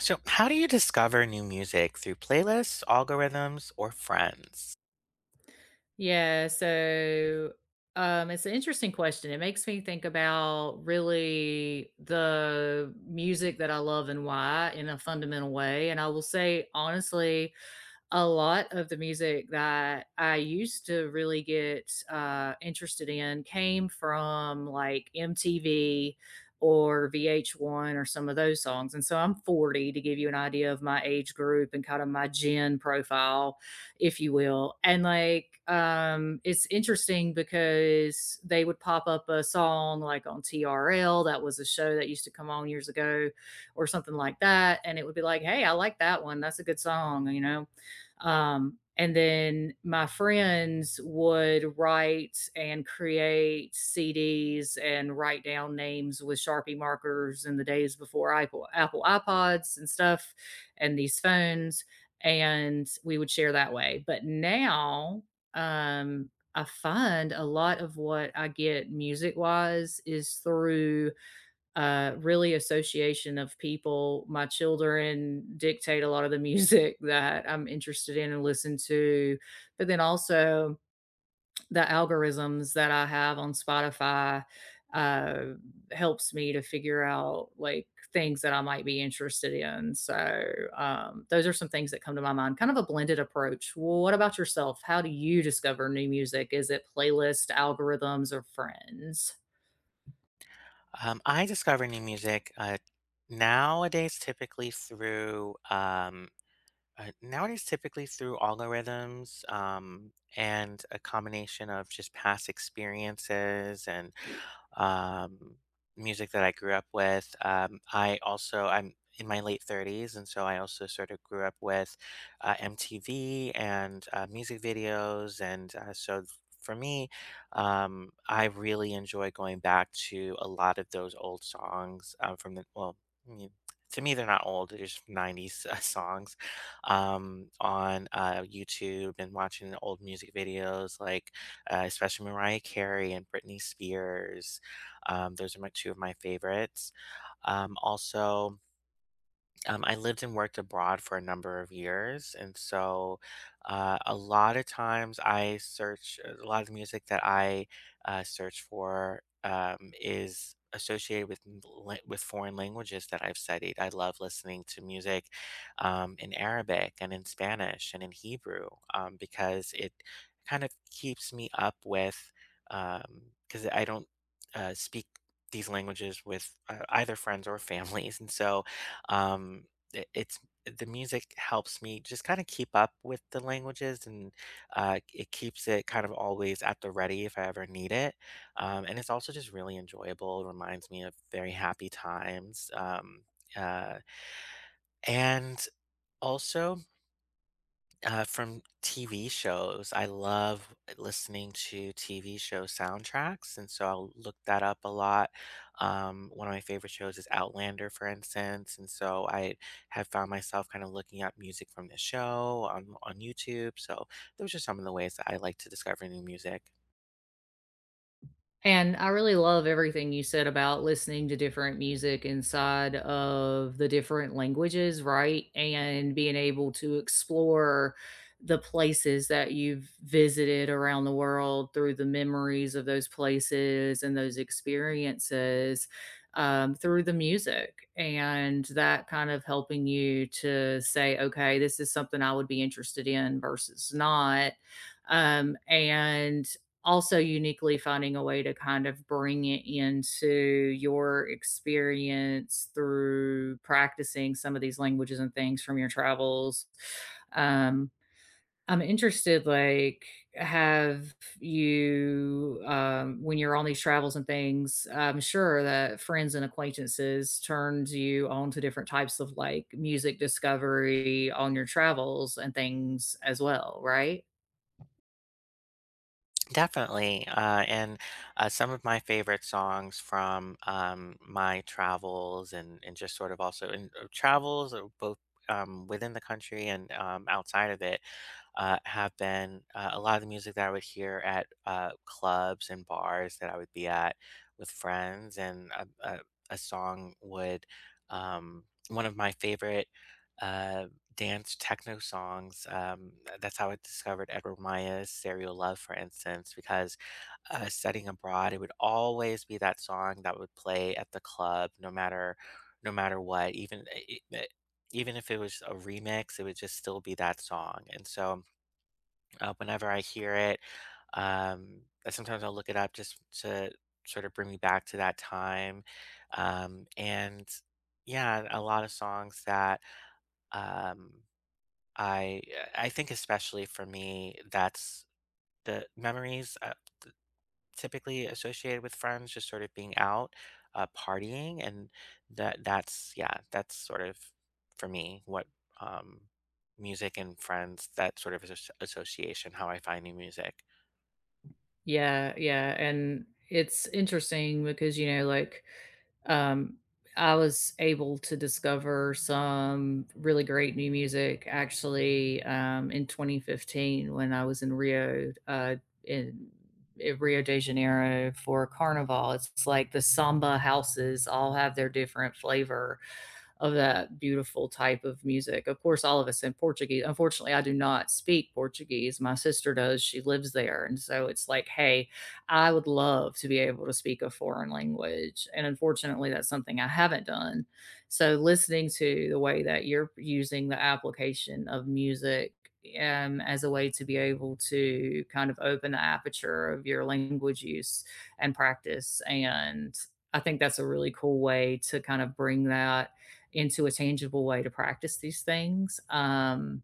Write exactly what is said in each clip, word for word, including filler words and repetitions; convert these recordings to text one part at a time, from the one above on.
So, how do you discover new music through playlists, algorithms, or friends? Yeah, so, um, it's an interesting question. It makes me think about really the music that I love and why in a fundamental way, and I will say, honestly, a lot of the music that I used to really get uh, interested in came from like M T V or V H one or some of those songs. And so I'm forty to give you an idea of my age group and kind of my gen profile, if you will. And like, um, it's interesting because they would pop up a song like on T R L, that was a show that used to come on years ago, or something like that. And it would be like, hey, I like that one. That's a good song, you know? Um, and then my friends would write and create C Ds and write down names with Sharpie markers in the days before Apple, Apple iPods and stuff and these phones. And we would share that way. But now, um, I find a lot of what I get music wise is through uh, really association of people. My children dictate a lot of the music that I'm interested in and listen to, but then also the algorithms that I have on Spotify uh, helps me to figure out like things that I might be interested in. So um, those are some things that come to my mind. Kind of a blended approach. Well, what about yourself? How do you discover new music? Is it playlist, algorithms, or friends? Um, I discover new music uh, nowadays typically through um, Uh, nowadays, typically through algorithms, um, and a combination of just past experiences and um, music that I grew up with. Um, I also I'm in my late thirties, and so I also sort of grew up with uh, M T V and uh, music videos, and uh, so. For me, um, I really enjoy going back to a lot of those old songs, um, from the well, I mean, to me they're not old; they're just nineties uh, songs um, on uh, YouTube, and watching old music videos, like, uh, especially Mariah Carey and Britney Spears. Um, those are my two of my favorites. Um, also, um, I lived and worked abroad for a number of years, and so uh, a lot of times I search uh, a lot of the music that I uh, search for um, is associated with m- la- with foreign languages that I've studied. I love listening to music, um, in Arabic and in Spanish and in Hebrew, um, because it kind of keeps me up with, because I don't uh, speak these languages with uh, either friends or families, and so, um it, it's the music helps me just kind of keep up with the languages, and uh, it keeps it kind of always at the ready if i ever need it. Um, and it's also just really enjoyable. It reminds me of very happy times. Um, uh, and also, uh, from T V shows, I love listening to T V show soundtracks, and so I'll look that up a lot. Um, one of my favorite shows is Outlander, for instance, and so I have found myself kind of looking up music from the show on on YouTube. So those are some of the ways that I like to discover new music. And I really love everything you said about listening to different music inside of the different languages, right? And being able to explore the places that you've visited around the world through the memories of those places and those experiences um, through the music. And that kind of helping you to say, okay, this is something I would be interested in versus not um, and also uniquely finding a way to kind of bring it into your experience through practicing some of these languages and things from your travels. Um, I'm interested, like, have you, um, when you're on these travels and things, I'm sure that friends and acquaintances turned you on to different types of like music discovery on your travels and things as well, right? Definitely. Uh, and uh, Some of my favorite songs from um, my travels, and, and just sort of also in, uh, travels, uh, both um, within the country and um, outside of it, uh, have been, uh, a lot of the music that I would hear at uh, clubs and bars that I would be at with friends. And a, a, a song would, um, one of my favorite Uh, dance techno songs. Um, that's how I discovered Edward Maya's Serial Love, for instance, because, uh, studying abroad, it would always be that song that would play at the club, no matter, no matter what. Even i- i- even if it was a remix, it would just still be that song. And so, uh, whenever I hear it, um, sometimes I'll look it up just to sort of bring me back to that time. Um, and Yeah, a lot of songs that, um, I I think, especially for me, that's the memories, uh, typically associated with friends just sort of being out, uh, partying, and that that's, yeah, that's sort of, for me, what, um, music and friends, that sort of asso association, how I find new music. Yeah, yeah, and it's interesting because, you know, like, um, I was able to discover some really great new music actually, um, in twenty fifteen when I was in Rio, uh, in in Rio de Janeiro for Carnival. It's like the samba houses all have their different flavor, of that beautiful type of music. Of course, all of us in Portuguese. Unfortunately, I do not speak Portuguese. My sister does. She lives there. And so it's like, hey, I would love to be able to speak a foreign language. And unfortunately, that's something I haven't done. So listening to the way that you're using the application of music um, as a way to be able to kind of open the aperture of your language use and practice. And I think that's a really cool way to kind of bring that into a tangible way to practice these things. Um,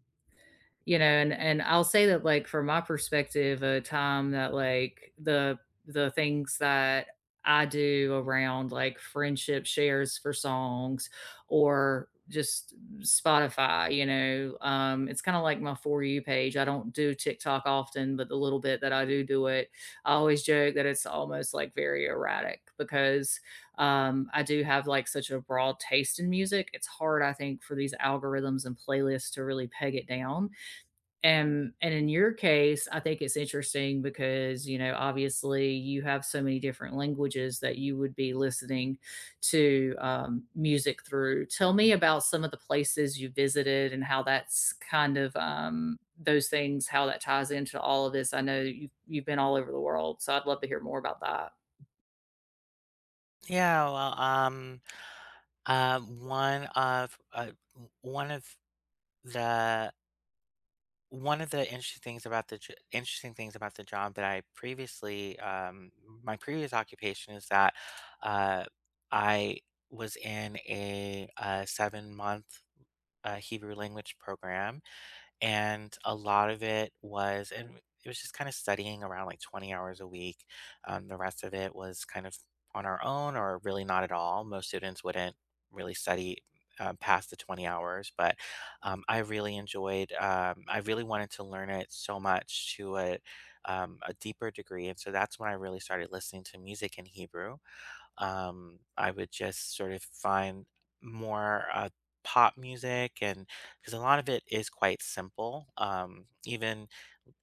You know, and and I'll say that like from my perspective a time that like the the things that I do around like friendship shares for songs or just Spotify, you know, um it's kind of like my for you page. I don't do TikTok often, but the little bit that I do do it, I always joke that it's almost like very erratic because um, I do have like such a broad taste in music. It's hard, I think, for these algorithms and playlists to really peg it down. And and in your case, I think it's interesting because, you know, obviously you have so many different languages that you would be listening to um, music through. Tell me about some of the places you visited and how that's kind of um, those things, how that ties into all of this. I know you've, you've been all over the world, so I'd love to hear more about that. Yeah, well, um, uh, one of, uh, o one of the one of the interesting things about the jo interesting things about the job that I previously, um my previous occupation is that, uh, I was in a, uh, seven-month-month, uh, Hebrew language program, and a lot of it was and it was just kind of studying around like 20 hours a week. Um, the rest of it was kind of on our own, or really not at all. Most students wouldn't really study, uh, past the twenty hours, but um, I really enjoyed, um, I really wanted to learn it so much, to a, um, a deeper degree. And so that's when I really started listening to music in Hebrew. um, I would just sort of find more uh, pop music, and because a lot of it is quite simple, um, even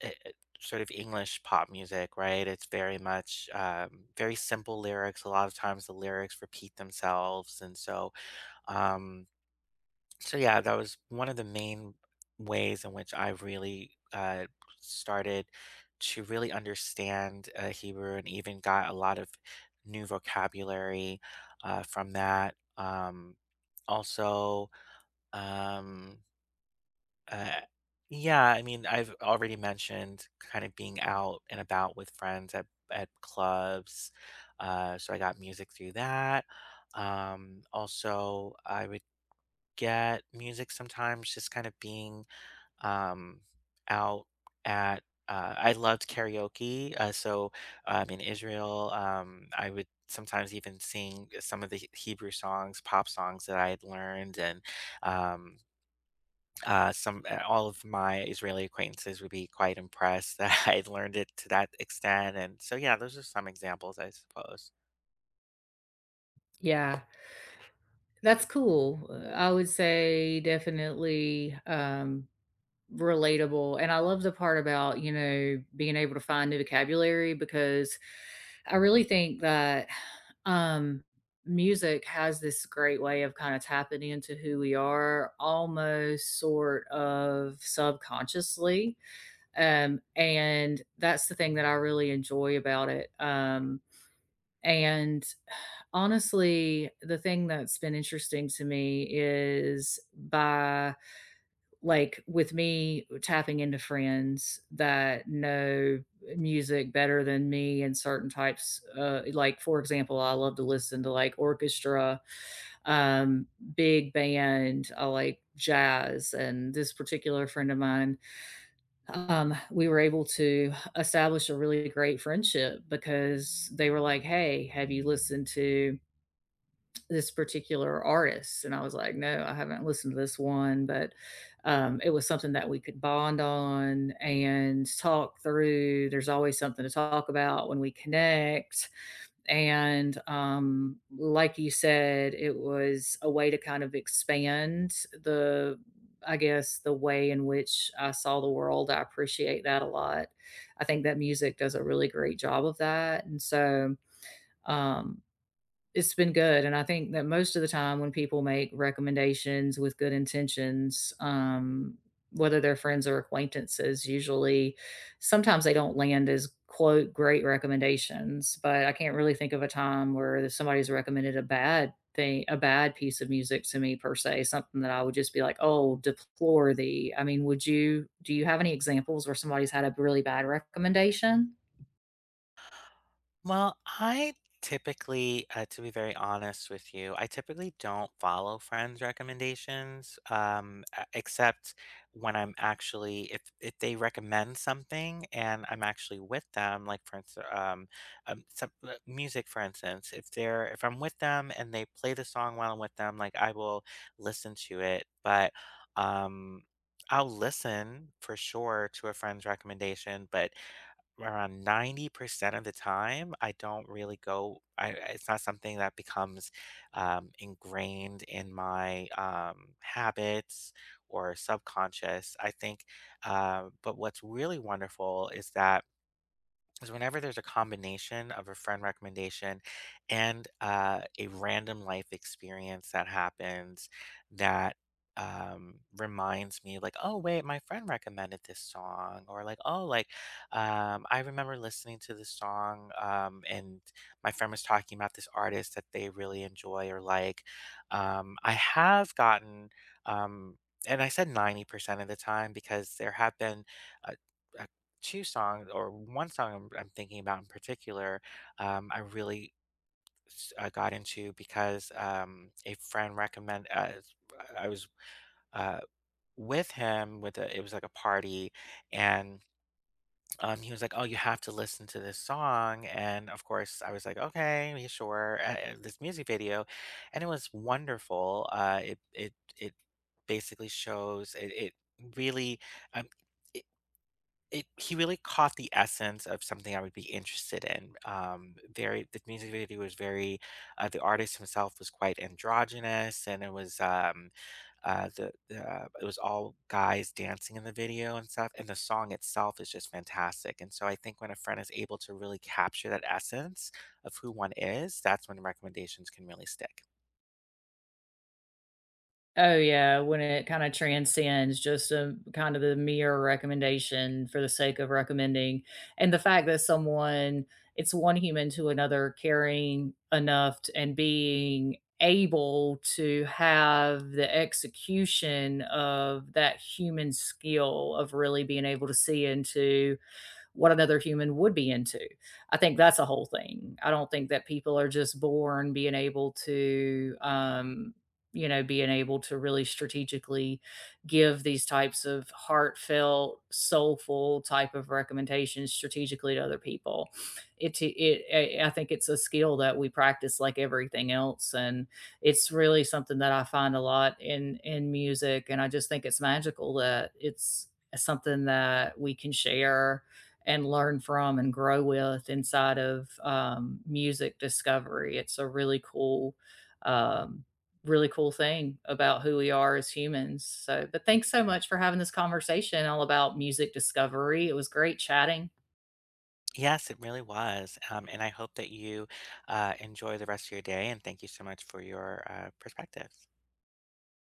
uh, uh, sort of English pop music, right? It's very much, um, very simple lyrics. A lot of times the lyrics repeat themselves, and so, um, so yeah, that was one of the main ways in which I really, uh, started to really understand uh, Hebrew, and even got a lot of new vocabulary uh, from that. Um, also, um, uh, yeah, I mean, I've already mentioned kind of being out and about with friends at at clubs. Uh, so I got music through that. Um, also, I would get music sometimes, just kind of being, um, out at, uh, I loved karaoke. Uh, so, um, in Israel, um, I would sometimes even sing some of the Hebrew songs, pop songs that I had learned, and, um, uh, some uh, all of my Israeli acquaintances would be quite impressed that I had learned it to that extent. And so, yeah, those are some examples, I suppose. Yeah, that's cool. Uh, I would say definitely um, relatable. And I love the part about, you know, being able to find new vocabulary because I really think that um music has this great way of kind of tapping into who we are almost sort of subconsciously. Um and that's the thing that I really enjoy about it. Um and honestly, the thing that's been interesting to me is by like with me tapping into friends that know music better than me and certain types uh like for example I love to listen to like orchestra, um big band, I like jazz, and this particular friend of mine, um we were able to establish a really great friendship because they were like, hey, have you listened to this particular artist, and I was like, no, I haven't listened to this one, but um, it was something that we could bond on and talk through. There's always something to talk about when we connect, and um, like you said, it was a way to kind of expand the, I guess, the way in which I saw the world. I appreciate that a lot. I think that music does a really great job of that, and so um, it's been good. And I think that most of the time when people make recommendations with good intentions, um, whether they're friends or acquaintances, usually sometimes they don't land as quote great recommendations, but I can't really think of a time where somebody's recommended a bad thing, a bad piece of music to me, per se, something that I would just be like, oh, deplore thee. I mean, would you, do you have any examples where somebody's had a really bad recommendation? Well, I typically, uh, to be very honest with you, I typically don't follow friends' recommendations, um, e- except when I'm actually, if if they recommend something and I'm actually with them, like, for instance, um, um, some, uh, music, for instance, if they're if I'm with them and they play the song while I'm with them, like, I will listen to it. But, um, I'll listen for sure to a friend's recommendation, but around ninety percent of the time, I don't really go I It's not something that becomes, um, ingrained in my, um, habits or subconscious, I think, uh, but what's really wonderful is that is whenever there's a combination of a friend recommendation and, uh, a random life experience that happens, that, um, reminds me, like, oh, wait, my friend recommended this song, or, like, oh, like, um, I remember listening to this song, um, and my friend was talking about this artist that they really enjoy or like. Um, I have gotten, um, and I said ninety percent of the time because there have been, uh, two songs or one song I'm, I'm thinking about in particular. um, I really s- uh, got into because, um, a friend recommended. uh, s- I was, uh, with him, with a, it was like a party, and um, he was like, oh, you have to listen to this song. And of course, I was like, okay, yeah, sure, uh, uh, this music video. And it was wonderful. uh, it, it it basically shows, it, it really, um, it he really caught the essence of something I would be interested in. Um, very The music video was very, uh, the artist himself was quite androgynous, and it was um, uh, the, the uh, it was all guys dancing in the video and stuff. And the song itself is just fantastic. And so I think when a friend is able to really capture that essence of who one is, that's when recommendations can really stick. Oh, yeah, when it kinda transcends just a kind of the mere recommendation for the sake of recommending, and the fact that someone, it's one human to another caring enough t and being able to have the execution of that human skill of really being able to see into what another human would be into. I think that's a whole thing. I don't think that people are just born being able to, um, you know, being able to really strategically give these types of heartfelt, soulful type of recommendations strategically to other people. It, it, I I think it's a skill that we practice like everything else, and it's really something that I find a lot in in music, and I just think it's magical that it's something that we can share and learn from and grow with inside of um, music discovery. It's a really cool, um, really cool thing about who we are as humans. So, but thanks so much for having this conversation all about music discovery. It was great chatting. Yes, it really was. Um, and I hope that you uh, enjoy the rest of your day. And thank you so much for your uh, perspective.